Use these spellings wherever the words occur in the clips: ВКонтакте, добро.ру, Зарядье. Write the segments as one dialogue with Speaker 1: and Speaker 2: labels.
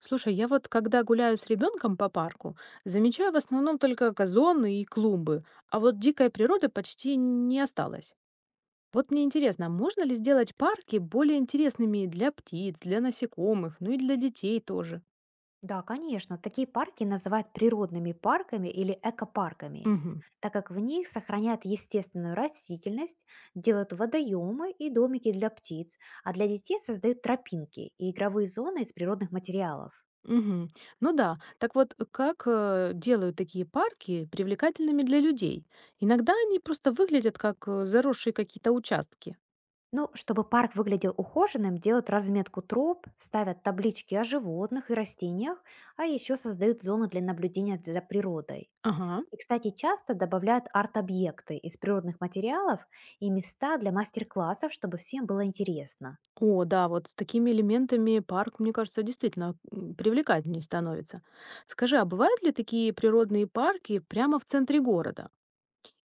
Speaker 1: Слушай, я вот когда гуляю с ребенком по парку, замечаю в основном только газоны и клумбы, а вот дикой природы почти не осталось. Вот мне интересно, а можно ли сделать парки более интересными и для птиц, для насекомых, ну и для детей тоже?
Speaker 2: Да, конечно. Такие парки называют природными парками или экопарками,
Speaker 1: Угу.
Speaker 2: так как в них сохраняют естественную растительность, делают водоемы и домики для птиц, а для детей создают тропинки и игровые зоны из природных материалов.
Speaker 1: Угу. Ну да, так вот, как делают такие парки привлекательными для людей? Иногда они просто выглядят как заросшие какие-то участки.
Speaker 2: Ну, чтобы парк выглядел ухоженным, делают разметку троп, ставят таблички о животных и растениях, а еще создают зоны для наблюдения за природой.
Speaker 1: Ага.
Speaker 2: И, кстати, часто добавляют арт-объекты из природных материалов и места для мастер-классов, чтобы всем было интересно.
Speaker 1: О да, вот с такими элементами парк, мне кажется, действительно привлекательнее становится. Скажи, а бывают ли такие природные парки прямо в центре города?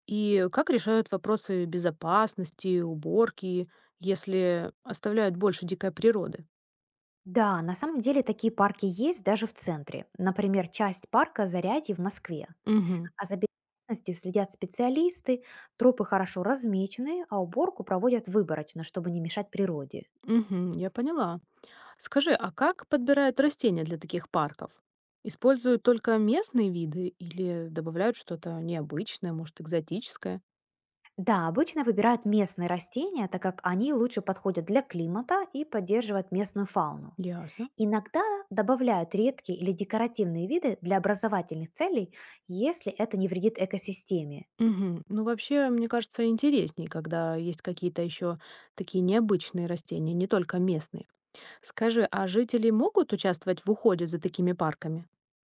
Speaker 1: И как решают вопросы безопасности, уборки, если оставляют больше дикой природы?
Speaker 2: Да, на самом деле такие парки есть даже в центре. Например, часть парка Зарядье в Москве.
Speaker 1: Угу,
Speaker 2: А за безопасностью следят специалисты, тропы хорошо размечены, а уборку проводят выборочно, чтобы не мешать природе.
Speaker 1: угу, я поняла. Скажи, а как подбирают растения для таких парков? Используют только местные виды или добавляют что-то необычное, может, экзотическое?
Speaker 2: Да, обычно выбирают местные растения, так как они лучше подходят для климата и поддерживают местную фауну.
Speaker 1: Ясно.
Speaker 2: Иногда добавляют редкие или декоративные виды для образовательных целей, если это не вредит экосистеме.
Speaker 1: Мгм. Ну, вообще, мне кажется, интересней, когда есть какие-то еще такие необычные растения, не только местные. Скажи, а жители могут участвовать в уходе за такими парками?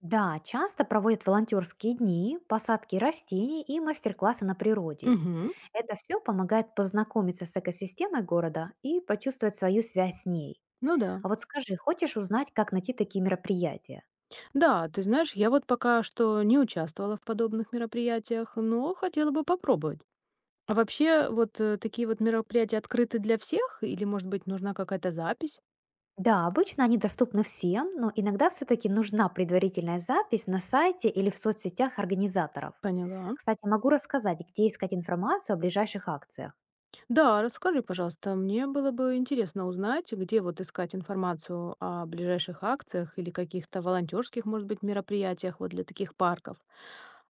Speaker 2: Да, часто проводят волонтерские дни, посадки растений и мастер-классы на природе.
Speaker 1: Угу.
Speaker 2: Это все помогает познакомиться с экосистемой города и почувствовать свою связь с ней.
Speaker 1: Ну да.
Speaker 2: А вот скажи, хочешь узнать, как найти такие мероприятия?
Speaker 1: Да, ты знаешь, я вот пока что не участвовала в подобных мероприятиях, но хотела бы попробовать. А вообще, вот такие вот мероприятия открыты для всех? Или, может быть, нужна какая-то запись?
Speaker 2: Да, обычно они доступны всем, но иногда все-таки нужна предварительная запись на сайте или в соцсетях организаторов.
Speaker 1: Поняла.
Speaker 2: Кстати, могу рассказать, где искать информацию о ближайших акциях.
Speaker 1: Да, расскажи, пожалуйста, мне было бы интересно узнать, где вот искать информацию о ближайших акциях или каких-то волонтерских, может быть, мероприятиях вот для таких парков.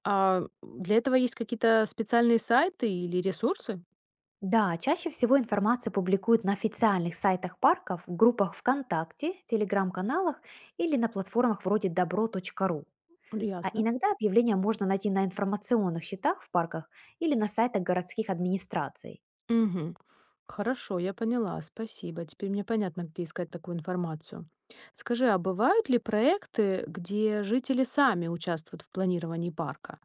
Speaker 1: А для этого есть какие-то специальные сайты или ресурсы?
Speaker 2: Да, чаще всего информацию публикуют на официальных сайтах парков, в группах ВКонтакте, телеграм-каналах или на платформах вроде добро.ру. А
Speaker 1: Ясно.
Speaker 2: иногда объявления можно найти на информационных счетах в парках или на сайтах городских администраций.
Speaker 1: Мгм. Хорошо, я поняла, спасибо. Теперь мне понятно, где искать такую информацию. Скажи, а бывают ли проекты, где жители сами участвуют в планировании парка?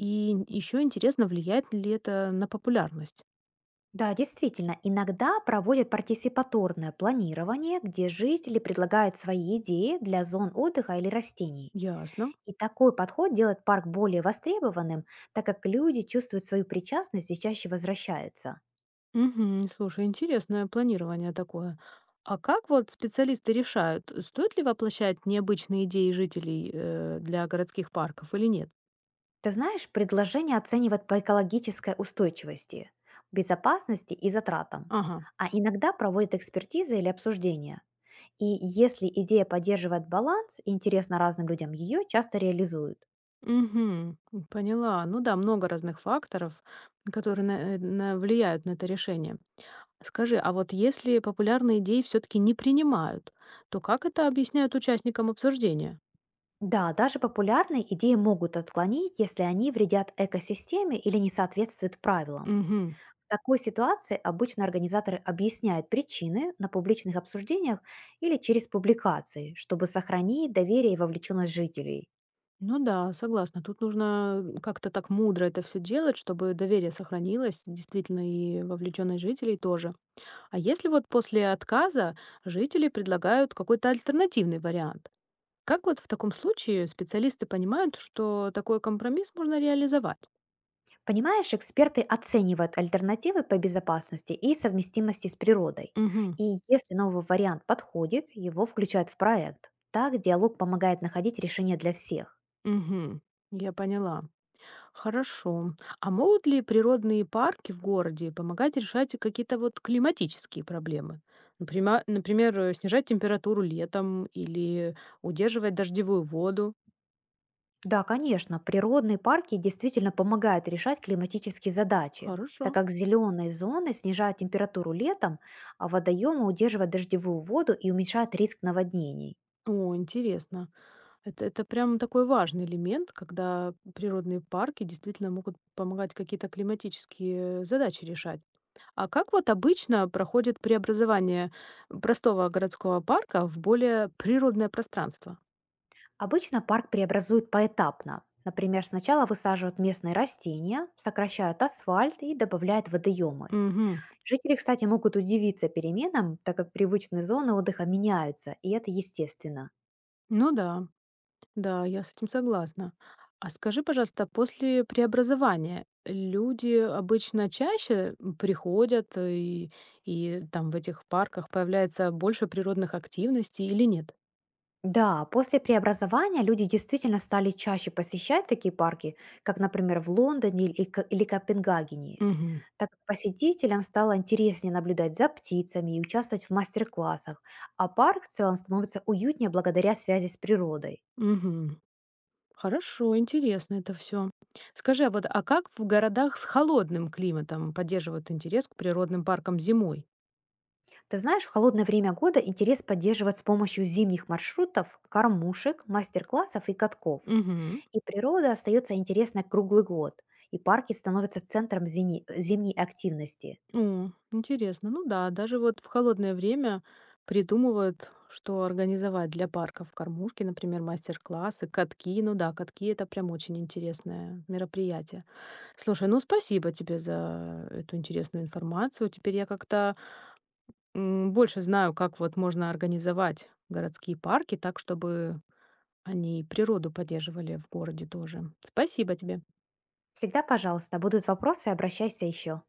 Speaker 1: И еще интересно, влияет ли это на популярность?
Speaker 2: Да, действительно, иногда проводят партисипаторное планирование, где жители предлагают свои идеи для зон отдыха или растений.
Speaker 1: Ясно.
Speaker 2: И такой подход делает парк более востребованным, так как люди чувствуют свою причастность и чаще возвращаются.
Speaker 1: Мгм. Слушай, интересное планирование такое. А как вот специалисты решают, стоит ли воплощать необычные идеи жителей для городских парков или нет?
Speaker 2: Ты знаешь, предложения оценивают по экологической устойчивости, безопасности и затратам.
Speaker 1: Ага.
Speaker 2: А иногда проводят экспертизы или обсуждения. И если идея поддерживает баланс и интересна разным людям, ее часто реализуют.
Speaker 1: Мгм. Поняла. Ну да, много разных факторов, которые влияют на это решение. Скажи, а вот если популярные идеи все-таки не принимают, то как это объясняют участникам обсуждения?
Speaker 2: Да, даже популярные идеи могут отклонить, если они вредят экосистеме или не соответствуют правилам.
Speaker 1: Угу.
Speaker 2: В такой ситуации обычно организаторы объясняют причины на публичных обсуждениях или через публикации, чтобы сохранить доверие и вовлеченность жителей.
Speaker 1: Ну да, согласна. Тут нужно как-то так мудро это все делать, чтобы доверие сохранилось, действительно, и вовлеченность жителей тоже. А если вот после отказа жители предлагают какой-то альтернативный вариант? Как вот в таком случае специалисты понимают, что такой компромисс можно реализовать?
Speaker 2: Понимаешь, эксперты оценивают альтернативы по безопасности и совместимости с природой.
Speaker 1: Угу,
Speaker 2: И если новый вариант подходит, его включают в проект. Так диалог помогает находить решение для всех.
Speaker 1: угу, я поняла. Хорошо. А могут ли природные парки в городе помогать решать какие-то вот климатические проблемы? Например, снижать температуру летом или удерживать дождевую воду?
Speaker 2: Да, конечно, природные парки действительно помогают решать климатические задачи, так
Speaker 1: Хорошо.
Speaker 2: как зеленые зоны снижают температуру летом, а водоемы удерживают дождевую воду и уменьшают риск наводнений.
Speaker 1: О, интересно. Это прям такой важный элемент, когда природные парки действительно могут помогать какие-то климатические задачи решать. А как вот обычно проходит преобразование простого городского парка в более природное пространство?
Speaker 2: Обычно парк преобразуют поэтапно. Например, сначала высаживают местные растения, сокращают асфальт и добавляют водоемы.
Speaker 1: Угу.
Speaker 2: Жители, кстати, могут удивиться переменам, так как привычные зоны отдыха меняются, и это естественно.
Speaker 1: Ну да, да, я с этим согласна. А скажи, пожалуйста, после преобразования люди обычно чаще приходят и там в этих парках появляется больше природных активностей или нет?
Speaker 2: Да, после преобразования люди действительно стали чаще посещать такие парки, как, например, в Лондоне или, или Копенгагене,
Speaker 1: Мгм.
Speaker 2: так как посетителям стало интереснее наблюдать за птицами и участвовать в мастер-классах, а парк в целом становится уютнее благодаря связи с природой.
Speaker 1: Мгм. Хорошо, интересно это все. Скажи, а вот а как в городах с холодным климатом поддерживают интерес к природным паркам зимой?
Speaker 2: Ты знаешь, в холодное время года интерес поддерживать с помощью зимних маршрутов, кормушек, мастер-классов и катков.
Speaker 1: Мгм.
Speaker 2: И природа остается интересной круглый год, и парки становятся центром зимней активности.
Speaker 1: О, интересно. Ну да, даже вот в холодное время придумывают, что организовать для парков. Кормушки, например, мастер-классы, катки. Ну да, катки— это прям очень интересное мероприятие. Слушай, ну спасибо тебе за эту интересную информацию. Теперь я как-то больше знаю, как вот можно организовать городские парки так, чтобы они природу поддерживали в городе тоже. Спасибо тебе.
Speaker 2: Всегда, пожалуйста, будут вопросы, обращайся еще.